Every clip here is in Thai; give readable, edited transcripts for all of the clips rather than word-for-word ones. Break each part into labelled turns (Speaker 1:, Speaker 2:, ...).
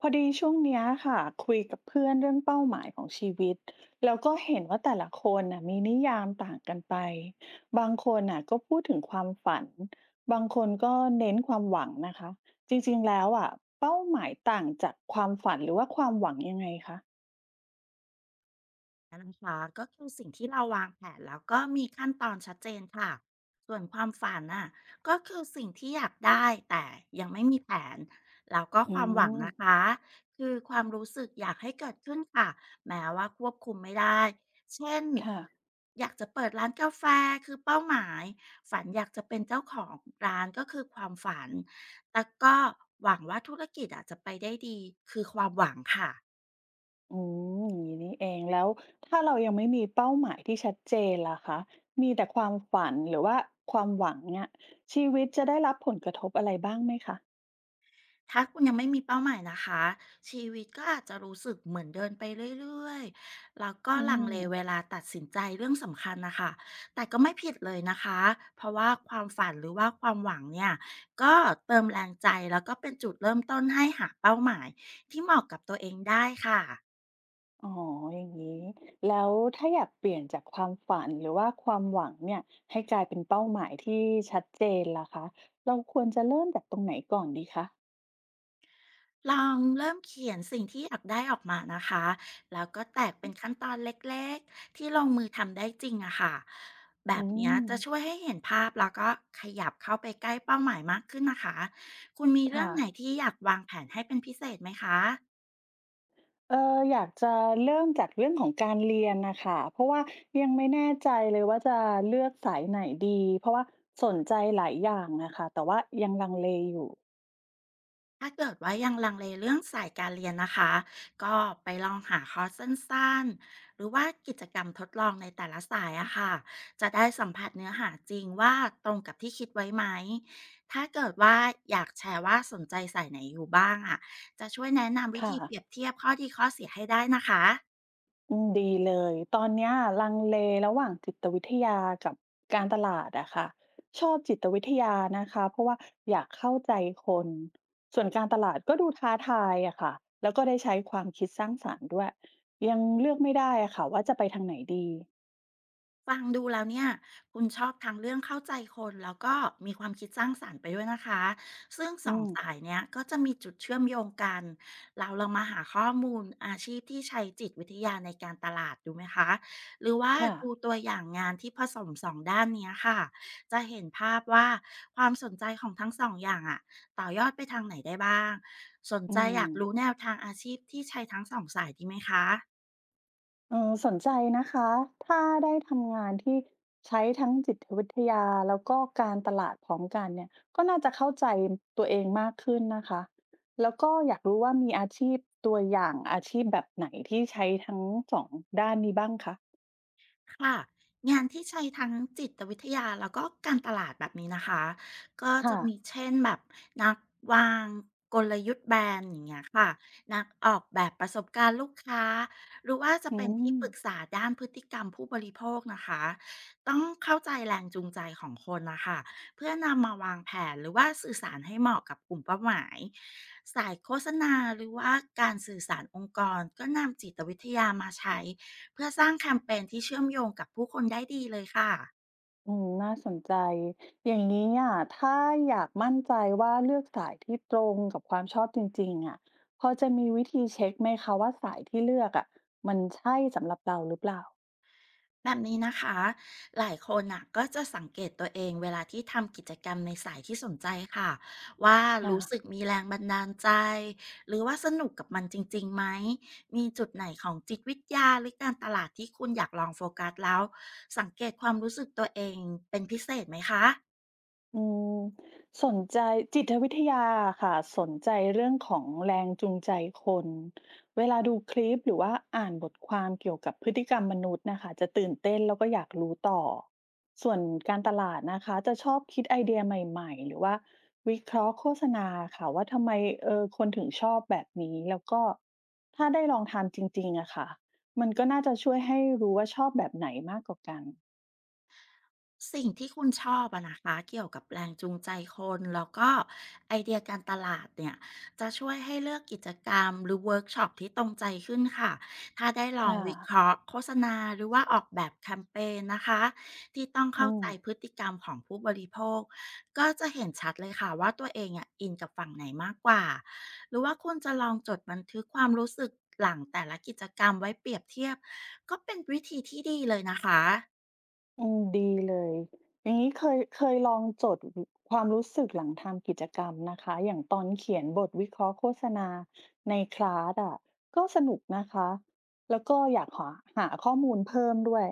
Speaker 1: พอดีช่วงเนี้ยค่ะคุยกับเพื่อนเรื่องเป้าหมายของชีวิตแล้วก็เห็นว่าแต่ละคนน่ะมีนิยามต่างกันไปบางคนน่ะก็พูดถึงความฝันบางคนก็เน้นความหวังนะคะจริงๆแล้วอ่ะเป้าหมายต่างจากความฝันหรือว่าความหวังยังไงคะ
Speaker 2: นะคะก็คือสิ่งที่เราวางแผนแล้วก็มีขั้นตอนชัดเจนค่ะส่วนความฝันน่ะก็คือสิ่งที่อยากได้แต่ยังไม่มีแผนแล้วก็ค
Speaker 1: อื
Speaker 2: วามหวัง
Speaker 1: ม
Speaker 2: นะคะคือความรู้สึกอยากให้เกิดขึ้นค่ะแม้ว่าควบคุมไม่ได้เช่น
Speaker 1: ค่ะ
Speaker 2: อยากจะเปิดร้านกาแฟคือเป้าหมายฝันอยากจะเป็นเจ้าของร้านก็คือความฝันแต่ก็หวังว่าธุรกิจอาจจะไปได้ดีคือความหวังค่ะ
Speaker 1: อืมอย่างนี้นี่เองแล้วถ้าเรายังไม่มีเป้าหมายที่ชัดเจนล่ะคะมีแต่ความฝันหรือว่าความหวังเนี่ยชีวิตจะได้รับผลกระทบอะไรบ้างไหมคะ
Speaker 2: ถ้าคุณยังไม่มีเป้าหมายนะคะชีวิตก็อาจจะรู้สึกเหมือนเดินไปเรื่อยๆแล้วก็
Speaker 1: อื
Speaker 2: ลังเลเว
Speaker 1: ม
Speaker 2: ลาตัดสินใจเรื่องสำคัญนะคะแต่ก็ไม่ผิดเลยนะคะเพราะว่าความฝันหรือว่าความหวังเนี่ยก็เติมแรงใจแล้วก็เป็นจุดเริ่มต้นให้หาเป้าหมายที่เหมาะกับตัวเองได้ค่ะ
Speaker 1: อ๋ออย่างนี้แล้วถ้าอยากเปลี่ยนจากความฝันหรือว่าความหวังเนี่ยให้กลายเป็นเป้าหมายที่ชัดเจนล่ะคะเราควรจะเริ่มจากตรงไหนก่อนดีคะ
Speaker 2: ลองเริ่มเขียนสิ่งที่อยากได้ออกมานะคะ แล้วก็แตกเป็นขั้นตอนเล็กๆ ที่ลงมือทำได้จริงอะค่ะแบ
Speaker 1: อื
Speaker 2: บเนี้ย
Speaker 1: ม
Speaker 2: จะช่วยให้เห็นภาพแล้วก็ขยับเข้าไปใกล้เป้าหมายมากขึ้นนะคะ คุณมีเรื่อ
Speaker 1: ค่ะ
Speaker 2: งไหนที่อยากวางแผนให้เป็นพิเศษไหมคะ
Speaker 1: เอ่ออยากจะเริ่มจากเรื่องของการเรียนน่ะค่ะเพราะว่ายังไม่แน่ใจเลยว่าจะเลือกสายไหนดีเพราะว่าสนใจหลายอย่างอะค่ะแต่ว่ายังลังเลอยู่
Speaker 2: ถ้าเกิดว่ายังลังเลเรื่องสายการเรียนนะคะ ก็ไปลองหาคอร์สสั้นๆหรือว่ากิจกรรมทดลองในแต่ละสายอะค่ะจะได้สัมผัสเนื้อหาจริงว่าตรงกับที่คิดไว้ไหม ถ้าเกิดว่าอยากแชร์ว่าสนใจสายไหนอยู่บ้างอะจะช่วยแนะนำวิ
Speaker 1: ค่ะ
Speaker 2: ธีเปรียบเทียบข้อดีข้อเสียให้ได้นะคะ
Speaker 1: อืมดีเลยตอนเนี้ยลังเลระหว่างจิตวิทยากับการตลาดอะค่ะชอบจิตวิทยานะคะเพราะว่าอยากเข้าใจคนส่วนการตลาดก็ดูท้าทายอะค่ะแล้วก็ได้ใช้ความคิดสร้างสรรค์ด้วยยังเลือกไม่ได้อะค่ะว่าจะไปทางไหนดี
Speaker 2: ฟังดูแล้วเนี่ยคุณชอบทั้งเรื่องเข้าใจคนแล้วก็มีความคิดสร้างสรรค์ไปด้วยนะคะซึ่งส
Speaker 1: อื
Speaker 2: องสาย
Speaker 1: ม
Speaker 2: เนี้ยก็จะมีจุดเชื่อมโยงกันเราลองมาหาข้อมูลอาชีพที่ใช้จิตวิทยาในการตลาดดูไหมคะหรือว่า
Speaker 1: ค่ะ
Speaker 2: ดูตัวอย่างงานที่ผสมสองด้านเนี้ยค่ะจะเห็นภาพว่าความสนใจของทั้งสองอย่างอะต่อยอดไปทางไหนได้บ้างสน
Speaker 1: อื
Speaker 2: ใจอ
Speaker 1: ม
Speaker 2: ยากรู้แนวทางอาชีพที่ใช้ทั้งสองสายดีไหมคะ
Speaker 1: เออสนใจนะคะ ถ้าได้ทำงานที่ใช้ทั้งจิตวิทยาแล้วก็การตลาดพร้อมกันเนี่ยก็น่าจะเข้าใจตัวเองมากขึ้นนะคะ แล้วก็อยากรู้ว่ามีอาชีพตัวอย่างอาชีพแบบไหนที่ใช้ทั้งสองด้านนี้บ้างคะ
Speaker 2: ค่ะงานที่ใช้ทั้งจิตวิทยาแล้วก็การตลาดแบบนี้นะคะก็จะ
Speaker 1: ค่ะ
Speaker 2: มีเช่นแบบนักวางกลยุทธ์แบรนด์อย่างเงี้ยค่ะนักออกแบบประสบการณ์ลูกค้าหรือว่าจะ
Speaker 1: อื
Speaker 2: เป็นที่
Speaker 1: ม
Speaker 2: ปรึกษาด้านพฤติกรรมผู้บริโภคนะคะต้องเข้าใจแรงจูงใจของคนนะคะเพื่อนำมาวางแผนหรือว่าสื่อสารให้เหมาะกับกลุ่มเป้าหมายสายโฆษณาหรือว่าการสื่อสารองค์กรก็นำจิตวิทยามาใช้ เพื่อสร้างแคมเปญที่เชื่อมโยงกับผู้คนได้ดีเลยค่ะ
Speaker 1: อืมน่าสนใจ อย่างนี้อะถ้าอยากมั่นใจว่าเลือกสายที่ตรงกับความชอบจริงๆอะพอจะมีวิธีเช็คไหมคะว่าสายที่เลือกอะมันใช่สำหรับเราหรือเปล่า
Speaker 2: แบบนี้นะคะหลายคนน่ะก็จะสังเกตตัวเองเวลาที่ทำกิจกรรมในสายที่สนใจค่ะว่า
Speaker 1: ค่ะ
Speaker 2: รู้สึกมีแรงบันดาลใจหรือว่าสนุกกับมันจริงๆไหมมีจุดไหนของจิตวิทยาหรือการตลาดที่คุณอยากลองโฟกัสแล้วสังเกตความรู้สึกตัวเองเป็นพิเศษไหมคะ
Speaker 1: อืมสนใจจิตวิทยาค่ะสนใจเรื่องของแรงจูงใจคนเวลาดูคลิปหรือว่าอ่านบทความเกี่ยวกับพฤติกรรมมนุษย์นะคะจะตื่นเต้นแล้วก็อยากรู้ต่อส่วนการตลาดนะคะจะชอบคิดไอเดียใหม่ๆหรือว่าวิเคราะห์โฆษณาค่ะว่าทำไมเออคนถึงชอบแบบนี้แล้วก็ถ้าได้ลองทำจริงๆอะค่ะมันก็น่าจะช่วยให้รู้ว่าชอบแบบไหนมากกว่ากัน
Speaker 2: สิ่งที่คุณชอบอะนะคะเกี่ยวกับแรงจูงใจคนแล้วก็ไอเดียการตลาดเนี่ยจะช่วยให้เลือกกิจกรรมหรือเวิร์กช็อปที่ตรงใจขึ้นค่ะถ้าได้ลอง
Speaker 1: ค่ะ
Speaker 2: วิเคราะห์โฆษณาหรือว่าออกแบบแคมเปญนะคะที่ต้องเข้า
Speaker 1: อื
Speaker 2: ใจ
Speaker 1: ม
Speaker 2: พฤติกรรมของผู้บริโภคก็จะเห็นชัดเลยค่ะว่าตัวเองอะอินกับฝั่งไหนมากกว่าหรือว่าคุณจะลองจดบันทึกความรู้สึกหลังแต่ละกิจกรรมไว้เปรียบเทียบก็เป็นวิธีที่ดีเลยนะคะ
Speaker 1: อืมดีเลย อย่างนี้เคยลองจดอความรู้สึกหลังทำกิจกรรมนะคะอย่างตอนเขียนบทวิเคราะห์โฆษณาในคลาสอะก็สนุกนะคะ แล้วก็อยากหาข้อมูลเพิ่มด้วย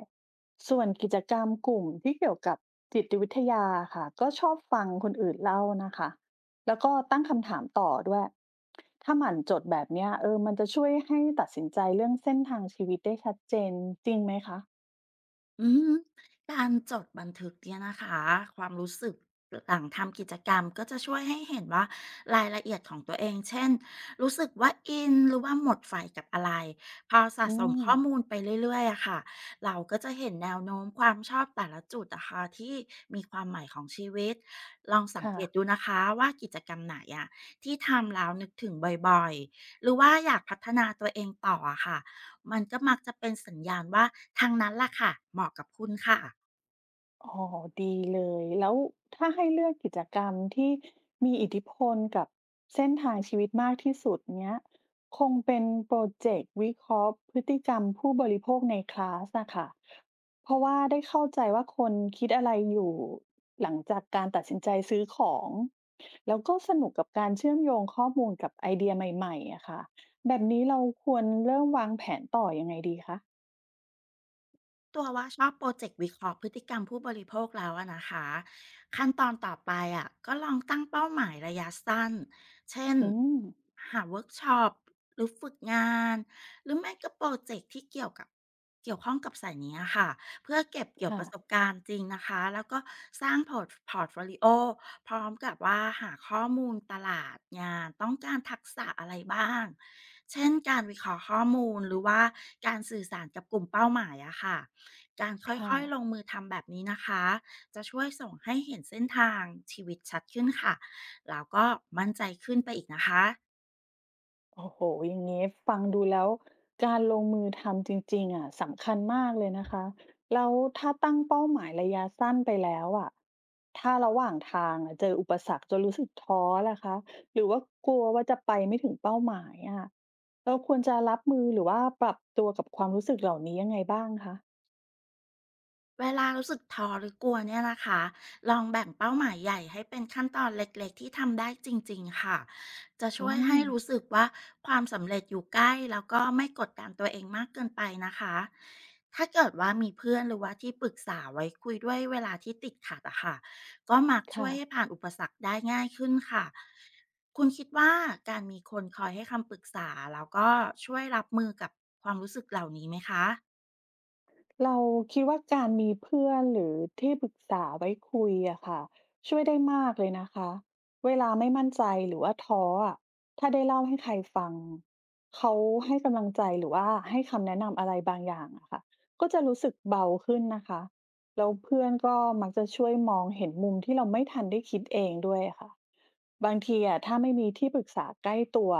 Speaker 1: ส่วนกิจกรรมกลุ่มที่เกี่ยวกับจิตวิทยาอะค่ะก็ชอบฟังคนอื่นเล่านะคะแล้วก็ตั้งคำถามต่อด้วยถ้าหมั่นจดแบบเนี้ยเออมันจะช่วยให้ตัดสินใจเรื่องเส้นทางชีวิตได้ชัดเจนจริงไหมคะ
Speaker 2: อืมการจดบันทึกเนี่ยนะคะความรู้สึกหลังทำกิจกรรมก็จะช่วยให้เห็นว่ารายละเอียดของตัวเองเช่นรู้สึกว่าอินหรือว่าหมดไฟกับอะไรพอสะ
Speaker 1: อื
Speaker 2: สม
Speaker 1: ม
Speaker 2: ข้อมูลไปเรื่อยๆอะค่ะเราก็จะเห็นแนวโน้มความชอบแต่ละจุดนะคะที่มีความหมายของชีวิตลองสัง
Speaker 1: ค่ะ
Speaker 2: เกตดูนะคะว่ากิจกรรมไหนอะที่ทำแล้วนึกถึงบ่อยๆหรือว่าอยากพัฒนาตัวเองต่ออะค่ะ มันก็มักจะเป็นสัญญาณว่าทางนั้นล่ะค่ะเหมาะกับคุณค่ะ
Speaker 1: อ๋อดีเลย แล้วถ้าให้เลือกกิจกรรมที่มีอิทธิพลกับเส้นทางชีวิตมากที่สุดเนี้ยคงเป็นโปรเจกต์วิเคราะห์พฤติกรรมผู้บริโภคในคลาสอะค่ะเพราะว่าได้เข้าใจว่าคนคิดอะไรอยู่หลังจากการตัดสินใจซื้อของแล้วก็สนุกกับการเชื่อมโยงข้อมูลกับไอเดียใหม่ๆอะค่ะแบบนี้เราควรเริ่มวางแผนต่อยังไงดีคะ
Speaker 2: ตัวว่าชอบโปรเจกต์วิเคราะห์พฤติกรรมผู้บริโภคแล้วอะนะคะขั้นตอนต่อไปอะก็ลองตั้งเป้าหมายระยะสั้นเช่น
Speaker 1: อืม
Speaker 2: หาเวิร์กช็อปหรือฝึกงานหรือไม่ก็โปรเจกต์ที่เกี่ยวข้องกับสายนี้อะค่ะเพื่อเก็บเกี่ยวป
Speaker 1: ค่ะ
Speaker 2: ระสบการณ์จริงนะคะแล้วก็สร้างพอร์ตโฟลิโอพร้อมกับว่าหาข้อมูลตลาดงานต้องการทักษะอะไรบ้างเช่นการวิเคราะห์ข้อมูลหรือว่าการสื่อสารกับกลุ่มเป้าหมายอะค่ะ การ
Speaker 1: ค่ะ
Speaker 2: ค่อยๆลงมือทำแบบนี้นะคะ จะช่วยส่งให้เห็นเส้นทางชีวิตชัดขึ้นค่ะ แล้วก็มั่นใจขึ้นไปอีกนะคะ
Speaker 1: โอ้โฮอย่างงี้ฟังดูแล้วการลงมือทำจริงๆอะสำคัญมากเลยนะคะ แล้วถ้าตั้งเป้าหมายระยะสั้นไปแล้วอะถ้าระหว่างทางอะเจออุปสรรคจนรู้สึกท้อล่ะคะหรือว่ากลัวว่าจะไปไม่ถึงเป้าหมายอะเราควรจะรับมือหรือว่าปรับตัวกับความรู้สึกเหล่านี้ยังไงบ้างคะ
Speaker 2: เวลารู้สึกท้อหรือกลัวเนี่ยนะคะลองแบ่งเป้าหมายใหญ่ให้เป็นขั้นตอนเล็กๆที่ทำได้จริงๆค่ะจะ
Speaker 1: อื
Speaker 2: ช่วยให้
Speaker 1: ม
Speaker 2: รู้สึกว่าความสำเร็จอยู่ใกล้แล้วก็ไม่กดดันตัวเองมากเกินไปนะคะถ้าเกิดว่ามีเพื่อนหรือว่าที่ปรึกษาไว้คุยด้วยเวลาที่ติดขัดอะค่ะก็มักช่
Speaker 1: ค่ะ
Speaker 2: วยให้ผ่านอุปสรรคได้ง่ายขึ้นค่ะคุณคิดว่าการมีคนคอยให้คำปรึกษาแล้วก็ช่วยรับมือกับความรู้สึกเหล่านี้ไหมคะ
Speaker 1: เราคิดว่าการมีเพื่อนหรือที่ปรึกษาไว้คุยอะค่ะช่วยได้มากเลยนะคะเวลาไม่มั่นใจหรือว่าท้ออะถ้าได้เล่าให้ใครฟังเขาให้กำลังใจหรือว่าให้คำแนะนำอะไรบางอย่างอะค่ะก็จะรู้สึกเบาขึ้นนะคะแล้วเพื่อนก็มักจะช่วยมองเห็นมุมที่เราไม่ทันได้คิดเองด้วยอะค่ะบางทีอะถ้าไม่มีที่ปรึกษาใกล้ตัว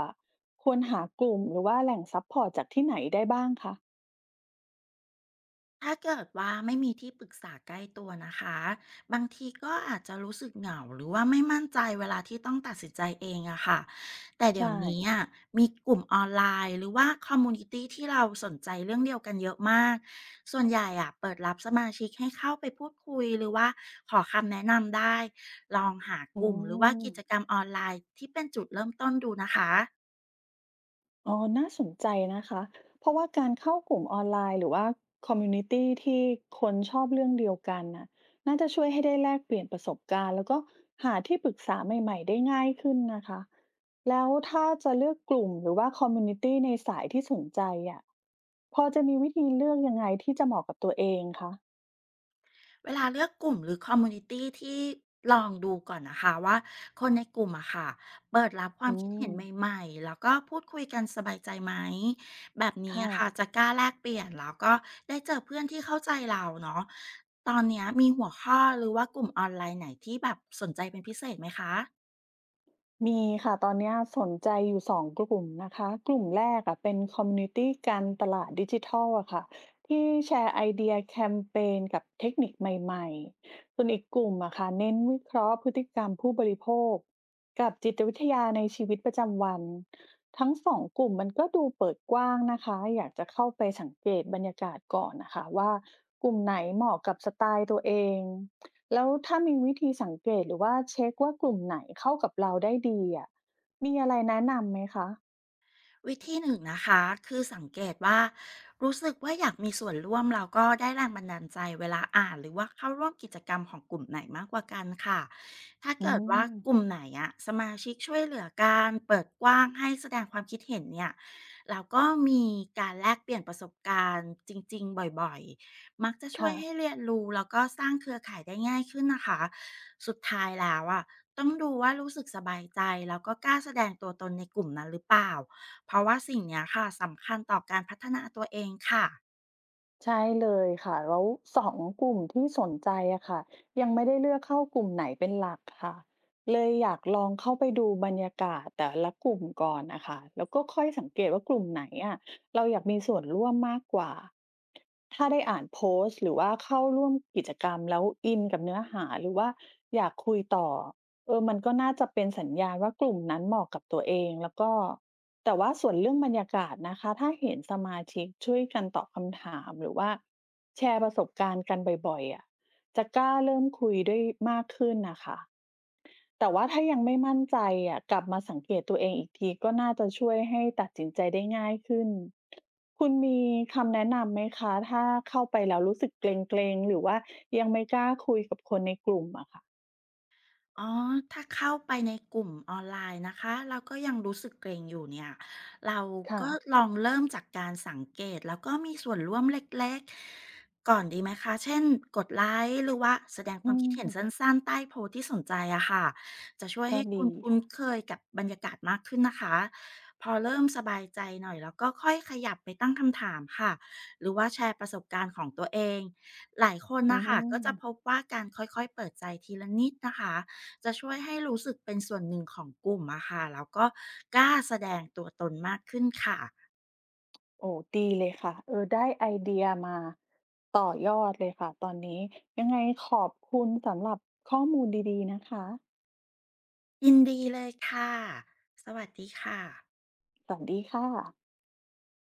Speaker 1: ควรหากลุ่มหรือว่าแหล่งซัพพอร์ตจากที่ไหนได้บ้างคะ
Speaker 2: ถ้าเกิดว่าไม่มีที่ปรึกษาใกล้ตัวนะคะบางทีก็อาจจะรู้สึกเหงาหรือว่าไม่มั่นใจเวลาที่ต้องตัดสินใจเองอะค่ะแต่เดี๋ยว
Speaker 1: ใช่
Speaker 2: นี้อะมีกลุ่มออนไลน์หรือว่าคอมมูนิตี้ที่เราสนใจเรื่องเดียวกันเยอะมากส่วนใหญ่อะเปิดรับสมาชิกให้เข้าไปพูดคุยหรือว่าขอคำแนะนำได้ลองหา
Speaker 1: อื
Speaker 2: กลุ่มหรือว่า
Speaker 1: ม
Speaker 2: กิจกรรมออนไลน์ที่เป็นจุดเริ่มต้นดูนะคะ
Speaker 1: อ๋อน่าสนใจนะคะ เพราะว่าการเข้ากลุ่มออนไลน์หรือว่าคอมมูนิตีที่คนชอบเรื่องเดียวกันน่ะน่าจะช่วยให้ได้แลกเปลี่ยนประสบการณ์แล้วก็หาที่ปรึกษาใหม่ๆได้ง่ายขึ้นนะคะ แล้วถ้าจะเลือกกลุ่มหรือว่าคอมมูนิตีในสายที่สนใจอ่ะพอจะมีวิธีเลือกยังไงที่จะเหมาะกับตัวเองคะ
Speaker 2: เวลาเลือกกลุ่มหรือคอมมูนิตีที่ลองดูก่อนนะคะว่าคนในกลุ่มอะค่ะเปิดรับควา
Speaker 1: อื
Speaker 2: มคิดเห็
Speaker 1: ม
Speaker 2: นใหม่ๆแล้วก็พูดคุยกันสบายใจไหมแบบนี้
Speaker 1: ค่ะ
Speaker 2: อะค่ะจะกล้าแลกเปลี่ยนแล้วก็ได้เจอเพื่อนที่เข้าใจเราเนาะตอนเนี้ยมีหัวข้อหรือว่ากลุ่มออนไลน์ไหนที่แบบสนใจเป็นพิเศษไหมคะ
Speaker 1: มีค่ะตอนเนี้ยสนใจอยู่สองกลุ่มนะคะกลุ่มแรกอะเป็นคอมมิวนิตีการตลาดดิจิทัลอะค่ะที่แชร์ไอเดียแคมเปญกับเทคนิคใหม่ๆส่วนอีกกลุ่มอะค่ะเน้นวิเคราะห์พฤติกรรมผู้บริโภคกับจิตวิทยาในชีวิตประจำวันทั้งสองกลุ่มมันก็ดูเปิดกว้างนะคะอยากจะเข้าไปสังเกตบรรยากาศก่อนนะคะว่ากลุ่มไหนเหมาะกับสไตล์ตัวเอง แล้วถ้ามีวิธีสังเกตหรือว่าเช็คว่ากลุ่มไหนเข้ากับเราได้ดีอะมีอะไรแนะนำไหมคะ
Speaker 2: วิธีหนึ่งนะคะคือสังเกตว่ารู้สึกว่าอยากมีส่วนร่วมแล้วก็ได้แรงบันดาลใจเวลาอ่านหรือว่าเข้าร่วมกิจกรรมของกลุ่มไหนมากกว่ากันค่ะถ้า
Speaker 1: อื
Speaker 2: เกิดว่า
Speaker 1: ม
Speaker 2: กลุ่มไหนอะสมาชิกช่วยเหลือกันเปิดกว้างให้แสดงความคิดเห็นเนี่ยแล้วก็มีการแลกเปลี่ยนประสบการณ์จริงๆบ่อยๆมักจะช่วย
Speaker 1: ค่ะ
Speaker 2: ให้เรียนรู้แล้วก็สร้างเครือข่ายได้ง่ายขึ้นนะคะสุดท้ายแล้วอะต้องดูว่ารู้สึกสบายใจแล้วก็กล้าแสดงตัวตนในกลุ่มนั้นหรือเปล่า เพราะว่าสิ่งเนี้ยค่ะสำคัญต่อการพัฒนาตัวเองค่ะ
Speaker 1: ใช่เลยค่ะแล้ว2กลุ่มที่สนใจอะค่ะยังไม่ได้เลือกเข้ากลุ่มไหนเป็นหลักค่ะเลยอยากลองเข้าไปดูบรรยากาศแต่ละกลุ่มก่อนนะคะแล้วก็ค่อยสังเกตว่ากลุ่มไหนอะเราอยากมีส่วนร่วมมากกว่าถ้าได้อ่านโพสต์หรือว่าเข้าร่วมกิจกรรมแล้วอินกับเนื้อหาหรือว่าอยากคุยต่อเออมันก็น่าจะเป็นสัญญาณว่ากลุ่มนั้นเหมาะกับตัวเองแล้วก็ แต่ว่าส่วนเรื่องบรรยากาศนะคะถ้าเห็นสมาชิกช่วยกันตอบคำถามหรือว่าแชร์ประสบการณ์กันบ่อยๆอ่ะจะกล้าเริ่มคุยด้วยมากขึ้นนะคะแต่ว่าถ้ายังไม่มั่นใจอ่ะกลับมาสังเกตตัวเองอีกทีก็น่าจะช่วยให้ตัดสินใจได้ง่ายขึ้นคุณมีคำแนะนำไหมคะถ้าเข้าไปแล้วรู้สึกเกรงๆหรือว่ายังไม่กล้าคุยกับคนในกลุ่มอะค่ะ
Speaker 2: อ๋อ ถ้าเข้าไปในกลุ่มออนไลน์นะคะเราก็ยังรู้สึกเกรงอยู่เนี่ย เรา
Speaker 1: ค่ะ
Speaker 2: ก็ลองเริ่มจากการสังเกต แล้วก็มีส่วนร่วมเล็กๆ ก่อนดีไหมคะ เช่นกดไลค์หรือว่าแสดงค
Speaker 1: อื
Speaker 2: วามคิด
Speaker 1: ม
Speaker 2: เห็นสั้นๆ ใต้โพสต์ที่สนใจอะค่ะจะช่วย
Speaker 1: ก็
Speaker 2: ให้คุ
Speaker 1: ดี
Speaker 2: ณคุ้น
Speaker 1: ค่ะ
Speaker 2: เคยกับบรรยากาศมากขึ้นนะคะ พอเริ่มสบายใจหน่อยแล้วก็ค่อยขยับไปตั้งคำถามค่ะหรือว่าแชร์ประสบการณ์ของตัวเองหลายคน
Speaker 1: อื
Speaker 2: นะคะก็
Speaker 1: ม
Speaker 2: จะพบว่าการค่อยๆเปิดใจทีละนิดนะคะ จะช่วยให้รู้สึกเป็นส่วนหนึ่งของกลุ่มอะค่ะแล้วก็กล้าแสดงตัวตนมากขึ้นค่ะ
Speaker 1: โอ้ดีเลยค่ะเออได้ไอเดียมาต่อยอดเลยค่ะตอนนี้ยังไงขอบคุณสำหรับข้อมูลดีๆนะคะ
Speaker 2: ยินดีเลยค่ะสวัสดีค่ะ
Speaker 1: สวัสดีค่ะ